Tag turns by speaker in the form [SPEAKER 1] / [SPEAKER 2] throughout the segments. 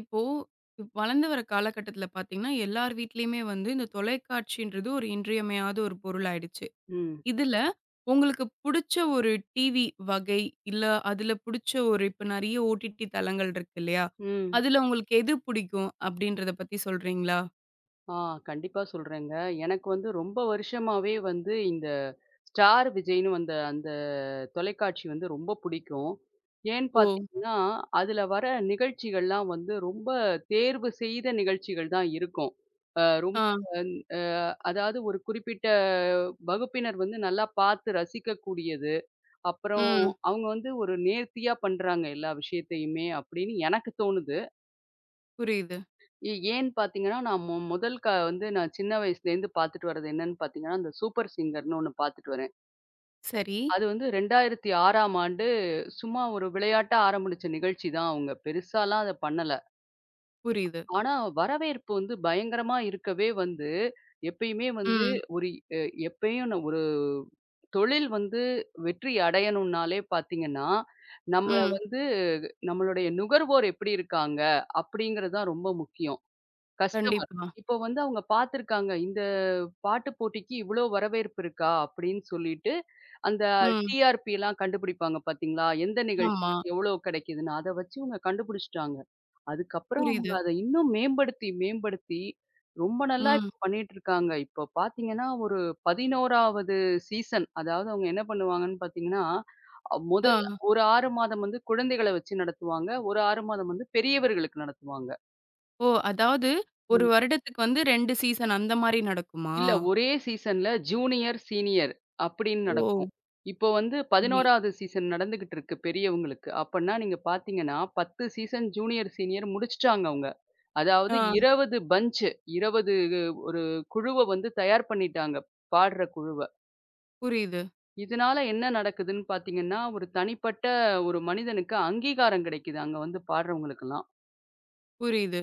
[SPEAKER 1] இப்போ வளர்ந்து வர காலகட்டத்துல பார்த்தீங்கன்னா, எல்லார் வீட்லயுமே வந்து இந்த தொலைக்காட்சின்றது ஒரு இன்றியமையாத ஒரு பொருள் ஆயிடுச்சு.
[SPEAKER 2] ம்,
[SPEAKER 1] இதுல உங்களுக்கு புடிச்ச ஒரு டிவி வகை, இல்ல அதுல புடிச்ச ஒரு இப்ப நெறைய ஓடிடி தளங்கள் இருக்கு இல்லையா?
[SPEAKER 2] ம்.
[SPEAKER 1] அதுல உங்களுக்கு எது புடிக்கும் அப்படின்றத பத்தி சொல்றீங்களா?
[SPEAKER 2] ஆ, கண்டிப்பா சொல்றேங்க. எனக்கு வந்து ரொம்ப வருஷமாவே வந்து இந்த ஸ்டார் விஜய்ன்னு வந்த அந்த தொலைக்காட்சி வந்து ரொம்ப பிடிக்கும். ஏன்னு
[SPEAKER 1] ஓ!
[SPEAKER 2] பார்த்தீங்கன்னா, அதுல வர நிகழ்ச்சிகள்லாம் வந்து ரொம்ப தேர்வு செய்த நிகழ்ச்சிகள் தான் இருக்கும். அ ரொம்ப
[SPEAKER 1] ஆ,
[SPEAKER 2] அந் அ அதாவது ஒரு குறிப்பிட்ட வகுப்பினர் வந்து நல்லா பார்த்து ரசிக்கக்கூடியது. அப்புறம்
[SPEAKER 1] ம்.
[SPEAKER 2] அவங்க வந்து ஒரு நேர்த்தியா பண்றாங்க எல்லா விஷயத்தையுமே அப்படின்னு எனக்கு தோணுது.
[SPEAKER 1] புரியுது.
[SPEAKER 2] ஏன்னு பார்த்தீங்கன்னா, நான் மொ முதல் க வந்து நான் சின்ன வயசுலேருந்து பார்த்துட்டு வர்றது என்னன்னு பார்த்தீங்கன்னா, அந்த சூப்பர் சிங்கர்ன்னு ஒண்ணு பார்த்துட்டு வரேன்.
[SPEAKER 1] சரி.
[SPEAKER 2] அது வந்து 2006ஆம் ஆண்டு சும்மா ஒரு விளையாட்டா ஆரம்பிச்ச நிகழ்ச்சி தான். அவங்க பெருசாலாம் அத பண்ணல.
[SPEAKER 1] புரியுது.
[SPEAKER 2] ஆனா வரவேற்பு வந்து பயங்கரமா இருக்கவே வந்து, எப்பயுமே வந்து
[SPEAKER 1] ம்,
[SPEAKER 2] ஒரு எ எப்பயும் நான் ஒரு தொழில் வந்து வெற்றி அடையணும்னாலே பார்த்தீங்கன்னா, நம்மள
[SPEAKER 1] ம்.
[SPEAKER 2] வந்து நம்மளுடைய நுகர்வோர் எப்படி இருக்காங்க? அப்படிங்கிறது தான் ரொம்ப முக்கியம். கஸ்டமர்.
[SPEAKER 1] கண்டிப்பா.
[SPEAKER 2] இப்போ வந்து அவங்க பார்த்துருக்காங்க. இந்த பாட்டு போட்டிக்கு இவ்ளோ வரவேற்பு இருக்கா? அப்படின்னு சொல்லிட்டு, அந்த
[SPEAKER 1] ம்.
[SPEAKER 2] டிஆர்பிலாம் கண்டுபிடிப்பாங்க பார்த்தீங்களா? எந்த
[SPEAKER 1] ஆமா.
[SPEAKER 2] நிகழ்ச்சிக்கு எவ்ளோ கிடைக்குதுன்னு. அத வச்சு இவங்க கண்டுபிடிச்சுட்டாங்க. அதுக்கப்புறம் அவங்க
[SPEAKER 1] புரியுது.
[SPEAKER 2] அத இன்னும் மேம்படுத்தி, மேம்படுத்தி ரொம்ப நல்லா
[SPEAKER 1] ம்.
[SPEAKER 2] இப்ப பண்ணிட்டுருக்காங்க. இப்போ பார்த்தீங்கன்னா, ஒரு 11வது சீசன். அதாவது அவங்க என்ன பண்ணுவாங்கன்னு பார்த்தீங்கன்னா,
[SPEAKER 1] ஆ.
[SPEAKER 2] முதல் ஒரு 6 மாதம் வந்து குழந்தைகள வச்சு நடத்துவாங்க. ஒரு 6 மாதம் வந்து பெரியவர்களுக்கு நடத்துவாங்க.
[SPEAKER 1] ஓ! அதாவது 1 வருடத்துக்கு வந்து 2 சீசன் அந்த மாரி நடக்குமா?
[SPEAKER 2] இல்ல ஒரே சீசன்ல ஜூனியர், சீனியர் அப்படின்னு
[SPEAKER 1] ஓ!
[SPEAKER 2] நடக்கும். இப்போ வந்து
[SPEAKER 1] சரி.
[SPEAKER 2] 11வது சீசன் நடந்துகிட்டு இருக்கு பெரியவங்களுக்கு. அப்பன்னா நீங்க பார்த்தீங்கன்னா, 10 சீசன் ஜூனியர், சீனியர் முடிச்சுட்டாங்க அவங்க. அதாவது
[SPEAKER 1] ஆ
[SPEAKER 2] 20 20 ஒரு குழுவ வந்து தயார் பண்ணிட்டாங்க, பாடுற குழுவ.
[SPEAKER 1] புரியுது,
[SPEAKER 2] இதனால என்ன நடக்குதுன்னு பார்த்தீங்கன்னா, ஒரு தனிப்பட்ட ஒரு மனிதனுக்கு அங்கீகாரம் கிடைக்குது, அங்க வந்து பாடுறவங்களுக்கெல்லாம்.
[SPEAKER 1] புரியுது.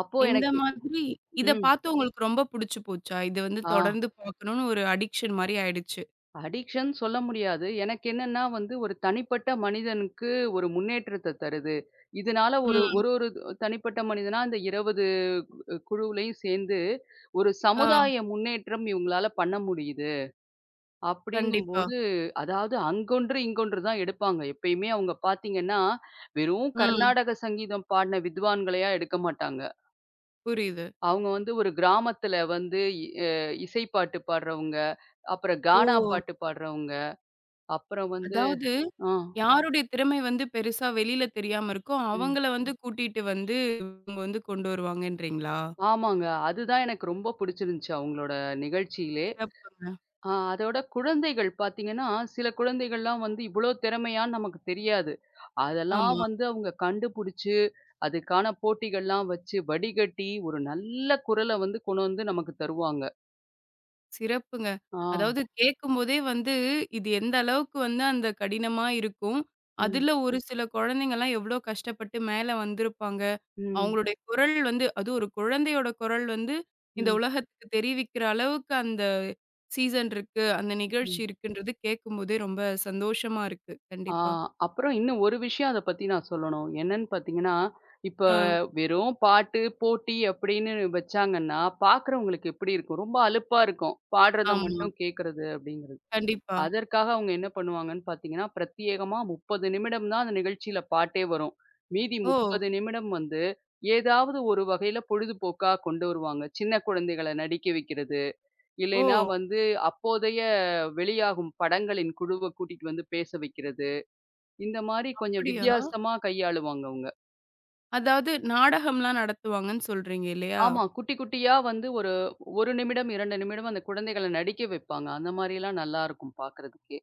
[SPEAKER 2] அப்போ
[SPEAKER 1] இந்த
[SPEAKER 2] எனக்கு.
[SPEAKER 1] மாதிரி இத
[SPEAKER 2] ம்.
[SPEAKER 1] பார்த்து உங்களுக்கு ரொம்ப புடிச்சு போச்சா? இது வந்து
[SPEAKER 2] ஆ.
[SPEAKER 1] தொடர்ந்து பார்க்கணும்னு ஒரு அடிக்ஷன் மாரி ஆயிடுச்சு.
[SPEAKER 2] அடிக்ஷன் சொல்ல முடியாது. எனக்கு என்னன்னா வந்து ஒரு தனிப்பட்ட மனிதனுக்கு ஒரு முன்னேற்றத்த தருது. இதனால ஒரு
[SPEAKER 1] ம்.
[SPEAKER 2] ஒரு ஒரு தனிப்பட்ட மனிதனா அந்த 20 குழுவுலயும் சேர்ந்து ஒரு
[SPEAKER 1] ஆ
[SPEAKER 2] சமுதாய முன்னேற்றம் இவங்களால பண்ண முடியுது.
[SPEAKER 1] கண்டிப்பா.
[SPEAKER 2] அப்படிங்கும்போது அதாவது அங்கொன்று, இங்கொன்று தான் எடுப்பாங்க. எப்பயுமே அவங்க பார்த்தீங்கன்னா, வெறும்
[SPEAKER 1] ம்.
[SPEAKER 2] கர்நாடக சங்கீதம் பாடின வித்வான்களையா எடுக்க மாட்டாங்க.
[SPEAKER 1] புரியுது.
[SPEAKER 2] அவங்க வந்து ஒரு கிராமத்துல வந்து இ அ இசை பாட்டு பாடுறவங்க, அப்புறம்
[SPEAKER 1] ஓ!
[SPEAKER 2] கானா பாட்டு பாடுறவங்க, அப்புறம் வந்து.
[SPEAKER 1] அதாவது
[SPEAKER 2] ஆ.
[SPEAKER 1] யாருடைய திறமை வந்து பெருசா வெளியில தெரியாம இருக்கோ,
[SPEAKER 2] ம்.
[SPEAKER 1] அவங்கள வந்து கூட்டிட்டு வந்து இவங்க வந்து கொண்டு வருவாங்கன்றீங்களா?
[SPEAKER 2] ஆமாங்க. அதுதான் எனக்கு ரொம்ப பிடிச்சிருந்துச்சு அவங்களோட நிகழ்ச்சியிலே.
[SPEAKER 1] சிறப்புங்க.
[SPEAKER 2] அதோட குழந்தைகள் பார்த்தீங்கன்னா, சில குழந்தைகள்லாம் வந்து இவ்ளோ திறமையான்னு நமக்கு தெரியாது. அதெல்லாம்
[SPEAKER 1] ஆமா.
[SPEAKER 2] வந்து அவங்க கண்டுபிடிச்சு, அதுக்கான போட்டிகள்லாம் வச்சு, வடிகட்டி ஒரு நல்ல குரல வந்து கொண்டு வந்து நமக்கு தருவாங்க.
[SPEAKER 1] சிறப்புங்க.
[SPEAKER 2] ஆ.
[SPEAKER 1] அதாவது கேட்கும்போதே வந்து, இது எந்த அளவுக்கு வந்து அந்த கடினமா இருக்கும்.
[SPEAKER 2] ம்.
[SPEAKER 1] அதுல ஒரு சில குழந்தைங்கலாம் எவ்ளோ கஷ்டப்பட்டு மேல வந்திருப்பாங்க.
[SPEAKER 2] ம்.
[SPEAKER 1] அவங்களுடைய குரல் வந்து அதுவும் ஒரு குழந்தையோட குரல் வந்து, இந்த
[SPEAKER 2] ம்.
[SPEAKER 1] உலகத்துக்கு தெரிவிக்கிற அளவுக்கு அந்த சீசன் இருக்கு. அந்த நிகழ்ச்சி
[SPEAKER 2] ம்.
[SPEAKER 1] இருக்குன்றது கேட்கும்போதே ரொம்ப சந்தோஷமா இருக்கு.
[SPEAKER 2] ஆ,
[SPEAKER 1] கண்டிப்பா.
[SPEAKER 2] அப்புறம் இன்னும் ஒரு விஷயம் அத பத்தி நான் சொல்லணும். என்னன்னு பார்த்தீங்கன்னா, இப்ப
[SPEAKER 1] ஆ.
[SPEAKER 2] வெறும் பாட்டு, போட்டி அப்படின்னு வச்சாங்கன்னா, பார்க்குறவங்களுக்கு எப்படி இருக்கும்? ரொம்ப அலுப்பா இருக்கும். பாடுறத
[SPEAKER 1] ஆமா.
[SPEAKER 2] மட்டும் கேட்கறது அப்படிங்கிறது.
[SPEAKER 1] கண்டிப்பா.
[SPEAKER 2] அதற்காக அவங்க என்ன பண்ணுவாங்கன்னு பார்த்தீங்கன்னா, பிரத்யேகமா 30 நிமிடம் தான் அந்த நிகழ்ச்சியில பாட்டே வரும். மீதி
[SPEAKER 1] ஓ!
[SPEAKER 2] 30 நிமிடம் வந்து ஏதாவது ஒரு வகையில பொழுதுபோக்கா கொண்டு வருவாங்க. சின்ன குழந்தைகள நடிக்க வைக்கிறது,
[SPEAKER 1] ஓ!
[SPEAKER 2] இல்லைன்னா வந்து அப்போதைய வெளியாகும் படங்களின் குழுவ கூட்டிட்டு வந்து பேச வைக்கிறது. இந்த மாரி கொஞ்சம்
[SPEAKER 1] அப்படியா?
[SPEAKER 2] வித்தியாசமா கையாளுவாங்க அவங்க.
[SPEAKER 1] அதாவது நாடகம்லாம் நடத்துவாங்கன்னு சொல்றீங்க இல்லையா?
[SPEAKER 2] ஆமா. குட்டி குட்டியா வந்து ஒரு 1 நிமிடம், 2 நிமிடம் அந்த குழந்தைகள நடிக்க வைப்பாங்க. அந்த மாரிலாம் நல்லாருக்கும் பார்க்கறதுக்கே.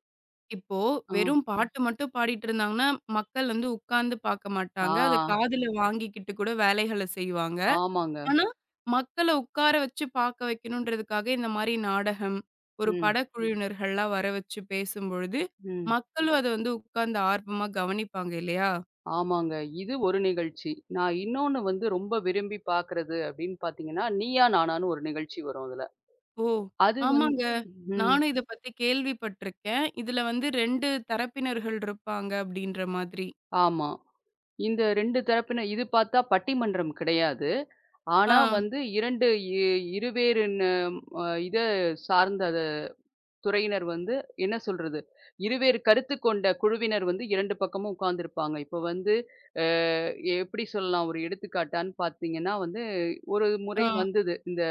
[SPEAKER 1] இப்போ
[SPEAKER 2] ஆ.
[SPEAKER 1] வெறும் பாட்டு மட்டும் பாடிட்டு இருந்தாங்கன்னா, மக்கள் வந்து உட்கார்ந்து பார்க்க மாட்டாங்க. அத
[SPEAKER 2] ஆ.
[SPEAKER 1] காதுல வாங்கிக்கிட்டு கூட வேலைகள செய்வாங்க.
[SPEAKER 2] ஆமாங்க.
[SPEAKER 1] ஆனா, மக்கள உட்கார வச்சு பார்க்க வைக்கணுன்றதுக்காக இந்த மாரி நாடகம், ஒரு
[SPEAKER 2] ம்.
[SPEAKER 1] படக்குழுவினர்கள்லாம் வர வச்சு பேசும்பொழுது,
[SPEAKER 2] ம்.
[SPEAKER 1] மக்களும் அத வந்து உட்கார்ந்து ஆர்வமா கவனிப்பாங்க இல்லையா?
[SPEAKER 2] ஆமாங்க. இது ஒரு நிகழ்ச்சி. நான் இன்னொன்னு வந்து ரொம்ப விரும்பி பார்க்கறது அப்படின்னு பார்த்தீங்கன்னா, "நீயா நானான்னு" ஒரு நிகழ்ச்சி வரும் அதுல.
[SPEAKER 1] ஓ!
[SPEAKER 2] அது வந்
[SPEAKER 1] ஆமாங்க.
[SPEAKER 2] ம்.
[SPEAKER 1] நானும் இத பத்தி கேள்விப்பட்டுருக்கேன். இதுல வந்து 2 தரப்பினர்கள் இருப்பாங்க அப்படின்ற மாதிரி.
[SPEAKER 2] ஆமா. இந்த 2 தரப்பின இது பார்த்தா பட்டிமன்றம் கிடையாது. ஆனா
[SPEAKER 1] ஆ,
[SPEAKER 2] வந்து 2 இ இருவேறு ந அ இத சார்ந்த துறையினர் வந்து என்ன சொல்றது? இருவேறு கருத்து கொண்ட குழுவினர் வந்து 2 பக்கமும் உட்கார்ந்திருப்பாங்க. இப்ப வந்து அ எப்படி சொல்லலாம்? ஒரு எடுத்துக்காட்டான்னு பார்த்தீங்கன்னா வந்து, ஒரு முறை
[SPEAKER 1] ஆ.
[SPEAKER 2] வந்தது. இந்த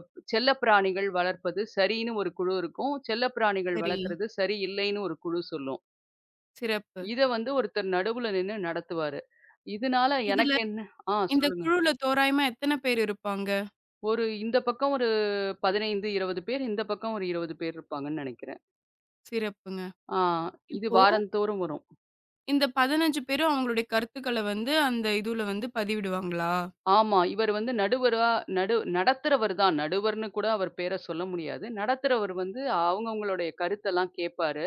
[SPEAKER 2] செல்லப்பிராணிகள் வளர்ப்பது சரின்னு ஒரு குழு இருக்கும். செல்லப்பிராணிகள்
[SPEAKER 1] சரி.
[SPEAKER 2] வளர்க்கறது சரி இல்லைன்னு ஒரு குழு சொல்லும்.
[SPEAKER 1] சிறப்பு.
[SPEAKER 2] இத வந்து ஒருத்தர் நடுவுல நின்னு நடத்துவாரு. இதனால
[SPEAKER 1] இதுல
[SPEAKER 2] எனக்கு என்ன. ஆ,
[SPEAKER 1] இந்த
[SPEAKER 2] சொல்லுங்க.
[SPEAKER 1] குழுல தோராயமா எத்தன பேர் இருப்பாங்க?
[SPEAKER 2] ஒரு இந்த பக்கம் ஒரு 15, 20 பேர், இந்த பக்கம் ஒரு 20 பேர் இருப்பாங்கன்னு நெனைக்கிறேன்.
[SPEAKER 1] சிறப்புங்க.
[SPEAKER 2] ஆ, இது
[SPEAKER 1] இப்போ
[SPEAKER 2] வாரந்தோறும் வரும்.
[SPEAKER 1] இந்த 15 பேரும் அவங்களுடைய கருத்துக்கள வந்து அந்த இதுல வந்து பதிவிடுவாங்களா?
[SPEAKER 2] ஆமா. இவர் வந்து நடுவரா நடத்துறவர் தான். நடுவர்ன்னு கூட அவர் பேர சொல்ல முடியாது. நடத்துறவர் வந்து அவங்கவங்களுடைய கருத்தெல்லாம் கேட்பாரு.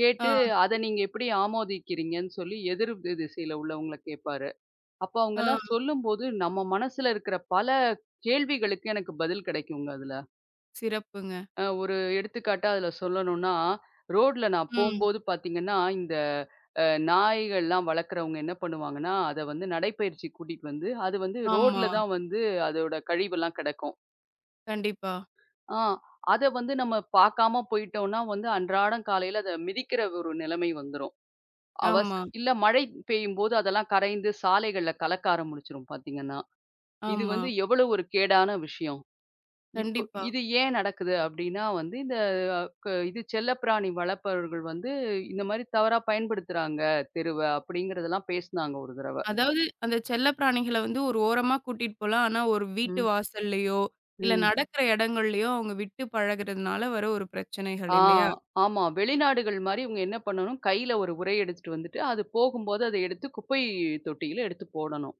[SPEAKER 2] கேட்டு,
[SPEAKER 1] ஆ,
[SPEAKER 2] "அத நீங்க எப்படி ஆமோதிக்கிறீங்கன்னு?" சொல்லி எதிர் திசையில உள்ளவங்கள கேட்பாரு. அப்ப அவங்கலாம்
[SPEAKER 1] ஆ.
[SPEAKER 2] சொல்லும்போது, நம்ம மனசுல இருக்கிற பல கேள்விகளுக்கு எனக்கு பதில் கிடைக்குங்க அதுல.
[SPEAKER 1] சிறப்புங்க.
[SPEAKER 2] ஒரு எடுத்துக்காட்டா அதில சொல்லணும்னா, ரோட்ல நான்
[SPEAKER 1] ம்.
[SPEAKER 2] போம்போது பார்த்தீங்கன்னா, இந்த நாய்கள்லாம் வளர்க்குறவங்க என்ன பண்ணுவாங்கன்னா, அத வந்து நடைப்பயிற்சிக்கு கூட்டிட்டு வந்து, அது வந்து
[SPEAKER 1] ஆமா.
[SPEAKER 2] ரோட்ல தான் வந்து அதோட கழிவெல்லாம் கிடக்கும்.
[SPEAKER 1] கண்டிப்பா.
[SPEAKER 2] ஆ, அத வந்து நம்ம பார்க்காம போயிட்டோம்னா வந்து அன்றாடம் காலையில அத மிதிக்கிற ஒரு நிலைமை வந்துரும். அவஸ்
[SPEAKER 1] ஆமா,
[SPEAKER 2] இல்ல மழை பெய்யும்போது அதெல்லாம் கரைந்து சாலைகள்ல கலக்க ஆரம்பிச்சுரும் பார்த்தீங்கன்னா. இது
[SPEAKER 1] ஆமா.
[SPEAKER 2] வந்து எவ்வளவு ஒரு கேடான விஷயம். இப்போ
[SPEAKER 1] கண்டிப்பா.
[SPEAKER 2] இது ஏன் நடக்குது அப்டின்னா வந்து, இந்த க இது செல்லப்பிராணி வளர்ப்பவர்கள் வந்து இந்த மாரி தவறா பயன்படுத்துறாங்க தெருவ அப்டிங்கிறதெல்லாம் பேசுனாங்க ஒரு தடவ.
[SPEAKER 1] அதாவது அந்த செல்லப்பிராணிகள வந்து ஒரு ஓரமா கூட்டிட்டு போலாம். ஆனா ஒரு வீட்டு
[SPEAKER 2] ம்.
[SPEAKER 1] வாசல்லயோ, இல்ல
[SPEAKER 2] ம்.
[SPEAKER 1] நடக்கிற இடங்கள்லயோ அவங்க விட்டு பழகுறதுனால வர ஒரு பிரச்சனைகள்
[SPEAKER 2] ஆ
[SPEAKER 1] இல்லையா?
[SPEAKER 2] ஆமா. வெளிநாடுகள் மாரி இவங்க என்ன பண்ணணும், கையில ஒரு உறை எடுத்துட்டு வந்துட்டு, அது போகும்போது அத எடுத்து குப்பை தொட்டியில எடுத்து போடணும்.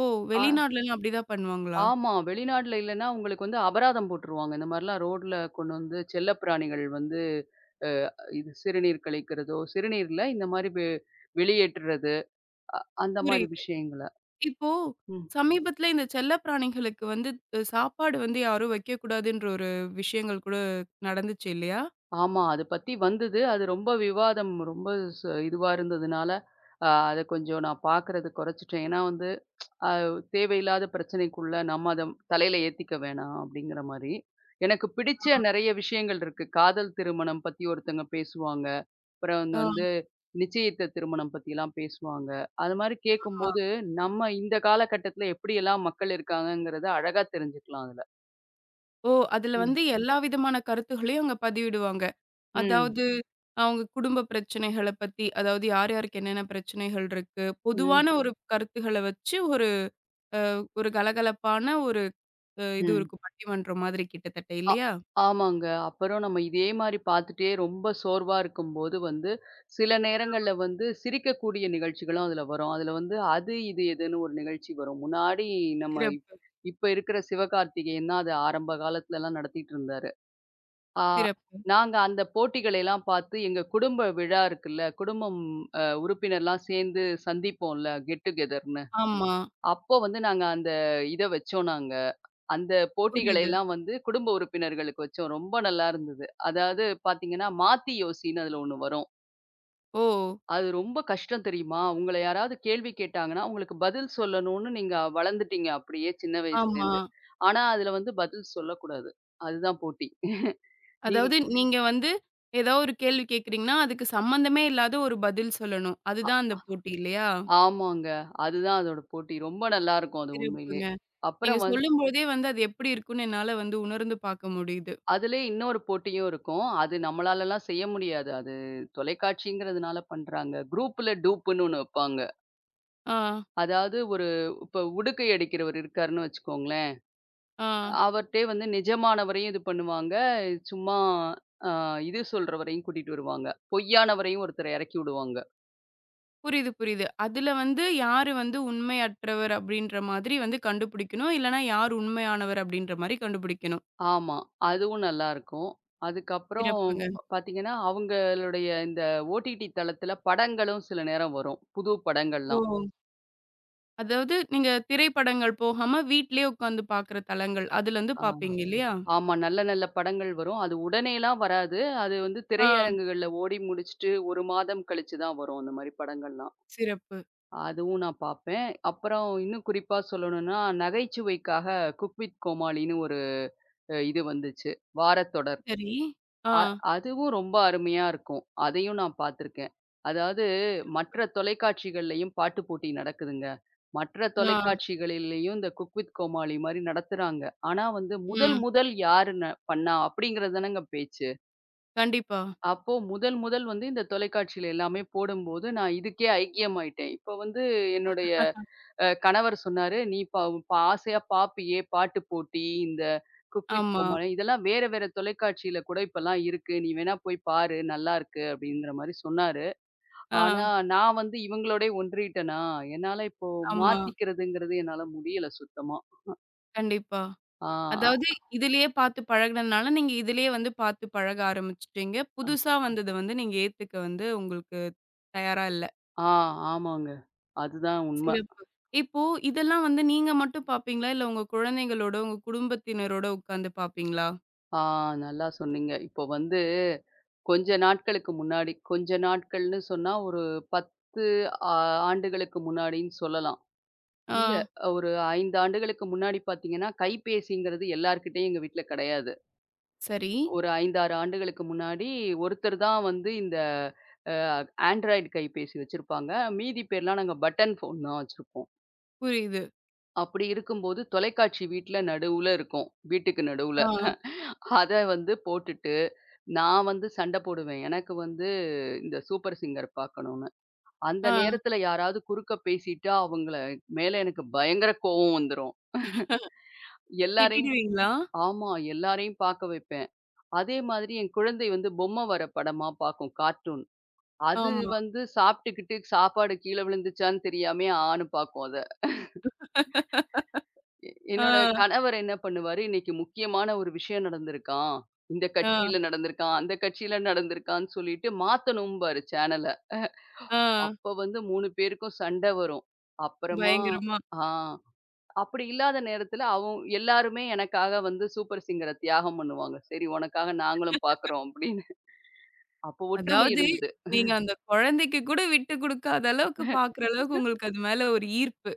[SPEAKER 1] ஓ!
[SPEAKER 2] ஆ
[SPEAKER 1] வெளிநாட்லலாம் அப்படிதான் பண்ணுவாங்களா?
[SPEAKER 2] ஆமா. வெளிநாட்ல இல்லன்னா உங்களுக்கு வந்து அபராதம் போட்டுருவாங்க. இந்த மாரிலாம் ரோட்ல கொண்டு வந்து செல்லப்பிராணிகள் வந்து அ இது சிறுநீர் கழிக்கிறதோ, சிறுநீர்ல இந்த மாரி வெளியேற்றுறது அந்த மாரி
[SPEAKER 1] புரியுது.
[SPEAKER 2] விஷயங்கள.
[SPEAKER 1] இப்போ
[SPEAKER 2] ம்.
[SPEAKER 1] சமீபத்துல இந்த செல்லப்பிராணிகளுக்கு வந்து சாப்பாடு வந்து யாரும் வைக்கக்கூடாதுன்ற ஒரு விஷயங்கள் கூட நடந்துச்சு இல்லையா?
[SPEAKER 2] ஆமா. அது பத்தி வந்தது. அது ரொம்ப விவாதம் ரொம்ப இதுவா இருந்ததுனால, அத கொஞ்சம் நான் பார்க்கறது குறைச்சுட்டேன். ஏன்னா வந்து, அ தேவையில்லாத பிரச்சனைக்குள்ள நம்ம அத தலையில ஏத்திக்க வேணாம் அப்படிங்கிற மாரி. எனக்கு பிடிச்ச
[SPEAKER 1] ஆ.
[SPEAKER 2] நெறைய விஷயங்கள் இருக்கு. காதல் திருமணம் பத்தி ஒருத்தங்க பேசுவாங்க. அப்புறம் வந்து
[SPEAKER 1] அ
[SPEAKER 2] வந்து நிச்சயித்த திருமணம் பத்திலாம் பேசுவாங்க. அது மாரி
[SPEAKER 1] ஆமா.
[SPEAKER 2] கேட்கும்போது, நம்ம இந்த காலகட்டத்தில எப்படியெல்லாம் மக்கள் இருக்காங்கங்கிறத அழகா தெரிஞ்சுக்கலாம் அதுல.
[SPEAKER 1] ஓ! அதுல
[SPEAKER 2] ம்.
[SPEAKER 1] வந்து எல்லா விதமான கருத்துகளையும் அங்க பதிவிடுவாங்க.
[SPEAKER 2] ம்.
[SPEAKER 1] அதாவது அவங்க குடும்ப பிரச்சனைகள பத்தி, அதாவது யார் யாருக்கு என்னென்ன பிரச்சனைகள் இருக்கு,
[SPEAKER 2] ம்.
[SPEAKER 1] பொதுவான ஒரு கருத்துகள வச்சு ஒரு ஒரு கலகலப்பான ஒரு இது
[SPEAKER 2] ம்.
[SPEAKER 1] இருக்கும் பட்டிமன்றம் மாதிரி கிட்டத்தட்ட
[SPEAKER 2] ஆ
[SPEAKER 1] இல்லையா?
[SPEAKER 2] ஆமாங்க. அப்புறம் நம்ம இதே மாரி பார்த்துட்டே ரொம்ப சோர்வா இருக்கும்போது வந்து, சில நேரங்கள்ல வந்து சிரிக்கக்கூடிய நிகழ்ச்சிகளும் அதுல வரும். அதுல வந்து அது, இது, இதுன்னு ஒரு நிகழ்ச்சி வரும். முன்னாடி நம்ம இப்
[SPEAKER 1] சிறப்பு,
[SPEAKER 2] இப்ப இருக்கிற சிவகார்த்திகேயன் தான் அத ஆரம்ப காலத்துலலாம் நடத்திட்டு இருந்தாரு. ஆ,
[SPEAKER 1] சிறப்பு.
[SPEAKER 2] நாங்க அந்த போட்டிகளைலாம் பார்த்து எங்க குடும்ப விழா இருக்குல்ல, குடும்பம் உறுப்பினர்லாம் சேர்ந்து சந்திப்போம்ல, கெட் டு கெதர்ன்னு.
[SPEAKER 1] ஆமா.
[SPEAKER 2] அப்போ வந்து நாங்க அந்த இத வச்சோம் நாங்க. அந்த போட்டிகளை
[SPEAKER 1] புரியுது.
[SPEAKER 2] எல்லாம் வந்து குடும்ப உறுப்பினர்களுக்கு வச்சோம். ரொம்ப நல்லா இருந்தது. அதாவது பார்த்தீங்கன்னா, மாத்தி யோசின்னு அதுல ஒண்ணு வரும்.
[SPEAKER 1] ஓ!
[SPEAKER 2] அது ரொம்ப கஷ்டம் தெரியுமா? உங்கள யாராவது கேள்வி கேட்டாங்கன்னா, உங்களுக்கு பதில் சொல்லணும்னு நீங்க வளர்ந்துட்டீங்க அப்படியே சின்ன
[SPEAKER 1] ஆமா.
[SPEAKER 2] வயசுலேருந்து. ஆனா, அதுல வந்து பதில் சொல்லக்கூடாது. அதுதான் போட்டி. நீங்க.
[SPEAKER 1] அதாவது நீங்க வந்து ஏதோ ஒரு கேள்வி கேட்கிறீங்கன்னா, அதுக்கு சம்மந்தமே இல்லாத ஒரு பதில் சொல்லணும்.
[SPEAKER 2] அ
[SPEAKER 1] அதுதான் அந்த போட்டி இல்லையா?
[SPEAKER 2] ஆமாங்க. அதுதான் அதோட போட்டி. ரொம்ப நல்லாருக்கும் அது உண்மையிலே.
[SPEAKER 1] சிறப்புங்க. நீங்க
[SPEAKER 2] அப்புறம்
[SPEAKER 1] சொல்லும்போதே வந்து அது எப்படி இருக்கும்னு என்னால வந்து உணர்ந்து பார்க்க முடியுது.
[SPEAKER 2] அதிலயே இன்னொரு போட்டியும் இருக்கும். அது நம்மளாலலாம் செய்ய முடியாது. அது தொலைக்காட்சிங்கிறதுனால பண்றாங்க. குரூப்ல டூப்புன்னு ஒண்ணு வைப்பாங்க.
[SPEAKER 1] ஆ,
[SPEAKER 2] அதாவது ஒரு இப்ப உடுக்கை அடிக்கிறவர் இருக்காருன்னு வச்சுக்கோங்களேன்.
[SPEAKER 1] ஆ.
[SPEAKER 2] அவர்ட்டயே வந்து நிஜமானவரையும் இது பண்ணுவாங்க. சும்மா அ இது சொல்றவரையும் கூட்டிட்டு வருவாங்க. பொய்யானவரையும் ஒருத்தர எறக்கி விடுவாங்க.
[SPEAKER 1] புரியுது, புரியுது. அதுல வந்து யாரு வந்து உண்மையற்றவர் அப்படின்ற மாதிரி வந்து கண்டுபிடிக்கணும். இல்லன்னா யார் உண்மையானவர் அப்படின்ற மாரி கண்டுபிடிக்கணும்.
[SPEAKER 2] ஆமா. அதுவும் நல்லாருக்கும். அதுக்கப்புறம்
[SPEAKER 1] சிறப்புங்க.
[SPEAKER 2] பாத்தீங்கன்னா, அவங்களுடைய இந்த ஓடிடி தளத்தில படங்களும் சில நேரம் வரும். புது
[SPEAKER 1] ஓ!
[SPEAKER 2] படங்கள்லாம்.
[SPEAKER 1] அதாவது நீங்க திரைப்படங்கள் போகாம வீட்லயே உட்காந்து பார்க்குற தளங்கள். அதுலருந்து
[SPEAKER 2] ஆ
[SPEAKER 1] பார்ப்பீங்க இல்லையா?
[SPEAKER 2] ஆமா. நல்ல நல்ல படங்கள் வரும். அது உடனேலாம் வராது. அது வந்து
[SPEAKER 1] ஆ.
[SPEAKER 2] திரையரங்குகள்ல ஓடி முடிச்சுட்டு 1 மாதம் கழிச்சு தான் வரும் அந்த மாரி படங்கள்லாம்.
[SPEAKER 1] சிறப்பு.
[SPEAKER 2] அதுவும் நான் பார்ப்பேன். அப்புறம் இன்னும் குறிப்பா சொல்லணும்னா, நகைச்சுவைக்காக குக் வித் கோமாளின்னு ஒரு இது வந்துச்சு. வாரத்தொடர்.
[SPEAKER 1] சரி. ஆ,
[SPEAKER 2] அ அதுவும் ரொம்ப அருமையா இருக்கும். அதையும் நான் பார்த்துருக்கேன். அதாவது மற்ற தொலைக்காட்சிகள்லயும் பாட்டு போட்டி நடக்குதுங்க. மற்ற
[SPEAKER 1] ஆ.
[SPEAKER 2] தொலைக்காட்சிகளிலேயும் இந்த குக் வித் கோமாளி மாரி நடத்துறாங்க. ஆனா வந்து முதல்
[SPEAKER 1] ம்.
[SPEAKER 2] முதல் யாரு பண்ணா அப்படிங்கிறது தானங்க பேச்சு.
[SPEAKER 1] கண்டிப்பா.
[SPEAKER 2] அப்போ முதல் முதல் வந்து இந்த தொலைக்காட்சியில எல்லாமே போடும்போது நான் இதுக்கே ஐக்கியமாயிட்டேன். இப்ப வந்து என்னுடைய கணவர் சொன்னாரு, "நீ ஆசையா பாப்பியே பாட்டு போட்டி, இந்த குக் வித்
[SPEAKER 1] ஆமா.
[SPEAKER 2] கோமாளி இதெல்லாம் வேற வேற தொலைக்காட்சியில கூட இப்பல்லாம் இருக்கு. நீ வேணா போய் பாரு நல்லாருக்கு" அப்படிங்கிற மாரி சொன்னாரு.
[SPEAKER 1] ஆ.
[SPEAKER 2] ஆனா நான் வந்து இவங்களோடயே ஒன்றிட்டேனா, என்னால இப்போ
[SPEAKER 1] ஆமா.
[SPEAKER 2] மாத்திக்கிறதுங்கிறது என்னால முடியல சுத்தமா.
[SPEAKER 1] கண்டிப்பா.
[SPEAKER 2] ஆ,
[SPEAKER 1] அதாவது இதிலேயே பார்த்து பழகுனதுனால, நீங்க இதிலேயே வந்து பார்த்து பழக ஆரம்பிச்சுட்டீங்க. புதுசா வந்தத வந்து நீங்க ஏத்துக்க வந்து உங்களுக்கு தயாரா இல்ல.
[SPEAKER 2] ஆ ஆமாங்க. அதுதான் உண்மை.
[SPEAKER 1] சிறப்பு. இப்போ இதெல்லாம் வந்து நீங்க மட்டும் பார்ப்பீங்களா? இல்ல உங்க குழந்தைங்களோட, உங்க குடும்பத்தினரோட உட்காந்து பார்ப்பீங்களா?
[SPEAKER 2] ஆ, நல்லா சொன்னீங்க. இப்போ வந்து கொஞ்ச நாட்களுக்கு முன்னாடி, கொஞ்ச நாட்கள்னு சொன்னா ஒரு 10 ஆ ஆண்டுகளுக்கு முன்னாடின்னு சொல்லலாம்.
[SPEAKER 1] ஆ.
[SPEAKER 2] இல்ல. ஒரு 5 ஆண்டுகளுக்கு முன்னாடி பார்த்தீங்கன்னா, கைபேசிங்கிறது எல்லார்கிட்டயும் எங்க வீட்ல கெடையாது.
[SPEAKER 1] சரி.
[SPEAKER 2] ஒரு 5, 6 ஆண்டுகளுக்கு முன்னாடி ஒருத்தர் தான் வந்து இந்த அ ஆண்ட்ராய்டு கைபேசி வச்சிருப்பாங்க. மீதி பேர்லாம் நாங்க பட்டன் ஃபோன் தான் வச்சிருப்போம்.
[SPEAKER 1] புரியுது.
[SPEAKER 2] அப்படி இருக்கும்போது தொலைக்காட்சி வீட்ல நடுவுல இருக்கும். வீட்டுக்கு நடுவுல.
[SPEAKER 1] ஆ.
[SPEAKER 2] அத வந்து போட்டுட்டு, நான் வந்து சண்ட போடுவேன். எனக்கு வந்து இந்த சூப்பர் சிங்கர் பார்க்கணும்னு. அந்த
[SPEAKER 1] ஆ.
[SPEAKER 2] நேரத்துல யாராவது குறுக்க பேசிட்டா, அவங்கள மேல எனக்கு பயங்கர கோவம் வந்துரும். எல்லாரையும்.
[SPEAKER 1] திட்டிடுவீங்களா?
[SPEAKER 2] ஆமா. எல்லாரையும் பார்க்க வைப்பேன். அதே மாதிரி என் குழந்தை வந்து பொம்மை வர படமா பார்க்கும் கார்ட்டூன். அது
[SPEAKER 1] ஆமா.
[SPEAKER 2] வந்து சாப்பிட்டுக்கிட்டு சாப்பாடு கீழ விழுந்துச்சான்னு தெரியாமயே ஆன்னு பார்க்கும் அத. என்னோட
[SPEAKER 1] ஆ.
[SPEAKER 2] கணவர் என்ன பண்ணுவாரு, இன்னைக்கு முக்கியமான ஒரு விஷயம் நடந்திருக்கான். இந்த கட்சியில
[SPEAKER 1] ஆ.
[SPEAKER 2] நடந்திருக்கான், அந்த கட்சியில நடந்திருக்கான்னு சொல்லிட்டு மாத்தணும்பாரு சேனல.
[SPEAKER 1] ஆ.
[SPEAKER 2] அப்ப வந்து 3 பேருக்கும் சண்டை வரும். அப்புறமா
[SPEAKER 1] பயங்கரமா
[SPEAKER 2] ஆ, அப்படி இல்லாத நேரத்தில அவன் எல்லாருமே எனக்காக வந்து சூப்பர் சிங்கர தியாகம் பண்ணுவாங்க. சரி உனக்காக நாங்களும் பார்க்குறோம் அப்படின்னு. அப்போ ஒற்றுமை
[SPEAKER 1] அதாவது
[SPEAKER 2] இருந்தது.
[SPEAKER 1] நீங்க அந்த குழந்தைக்கு கூட விட்டு குடுக்காத அளவுக்கு பாக்குற அளவுக்கு உங்களுக்கு அது மேல ஒரு ஈர்ப்பு.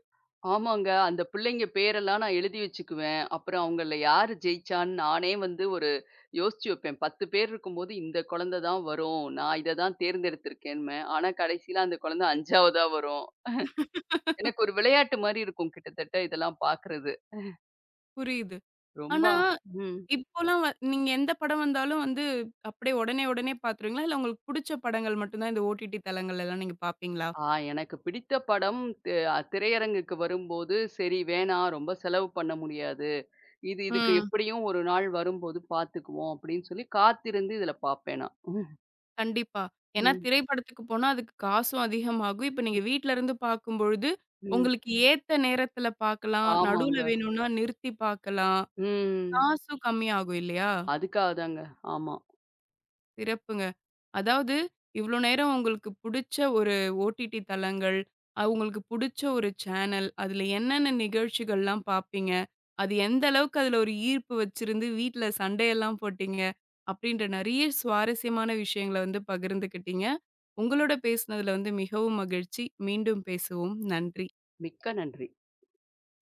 [SPEAKER 2] ஆமாங்க. அந்த பிள்ளைங்க பேரெல்லாம் நான் எழுதி வச்சுக்குவேன். அப்புறம் அவங்கள்ல யாரு ஜெயிச்சான்னு நானே வந்து ஒரு யோசிச்சு வைப்பேன். 10 பேர் இருக்கும்போது இந்த குழந்தை தான் வரும். நான் இத தான் தேர்ந்தெடுத்திருக்கேன்பேன். ஆனா கடைசியில அந்த குழந்தை 5வதா வரும். எனக்கு ஒரு விளையாட்டு மாரி இருக்கும் கிட்டத்தட்ட இதெல்லாம் பார்க்கறது.
[SPEAKER 1] புரியுது.
[SPEAKER 2] ரொம்ப.
[SPEAKER 1] ஆனா
[SPEAKER 2] ம்.
[SPEAKER 1] இப்போலாம் நீங்க எந்த படம் வந்தாலும் வந்து அப்படியே உடனே உடனே பாத்துருவீங்களா? இல்ல உங்களுக்கு புடிச்ச படங்கள் மட்டும் தான் இந்த ஓடிடி தளங்கள்லலாம் நீங்க பாப்பீங்களா?
[SPEAKER 2] ஆ, எனக்கு பிடித்த படம் தி அ திரையரங்குக்கு வரும்போது, "சரி வேணாம், ரொம்ப செலவு பண்ண முடியாது. இது இதுக்கு
[SPEAKER 1] ம்.
[SPEAKER 2] எப்படியும் ஒரு நாள் வரும்போது பார்த்துக்குவோம்." அப்படின்னு சொல்லி காத்திருந்து இதில பார்ப்பேன் நான்.
[SPEAKER 1] கண்டிப்பா. ஏன்னா
[SPEAKER 2] ம்,
[SPEAKER 1] திரைப்படத்துக்கு போனா அதுக்கு காசும் அதிகமாகும். இப்ப நீங்க வீட்ல இருந்து பாக்கும்பொழுது,
[SPEAKER 2] ம்.
[SPEAKER 1] உங்களுக்கு ஏத்த நேரத்துல பாக்கலாம். நடுவுல
[SPEAKER 2] ஆமாங்க.
[SPEAKER 1] வேணும்னா நிறுத்தி பாக்கலாம்.
[SPEAKER 2] ம்.
[SPEAKER 1] காசும் கம்மியாகும் இல்லையா?
[SPEAKER 2] அதுக்காக தாங்க. ஆமா.
[SPEAKER 1] சிறப்புங்க. அதாவது, இவ்ளோ நேரம் உங்களுக்கு புடிச்ச ஒரு ஓடிடி தளங்கள், அ உங்களுக்கு புடிச்ச ஒரு சேனல், அதுல என்னென்ன நிகழ்ச்சிகள்லாம் பாப்பீங்க? அது எந்த அளவுக்கு அதுல ஒரு ஈர்ப்பு வச்சிருந்து வீட்ல சண்டையெல்லாம் போட்டீங்க? அப்டின்ற நெறைய சுவாரஸ்யமான விஷயங்கள வந்து பகிர்ந்துக்கிட்டீங்க. உங்களோட பேசுனதுல வந்து மிகவும் மகிழ்ச்சி. மீண்டும் பேசுவோம். நன்றி.
[SPEAKER 2] மிக்க நன்றி.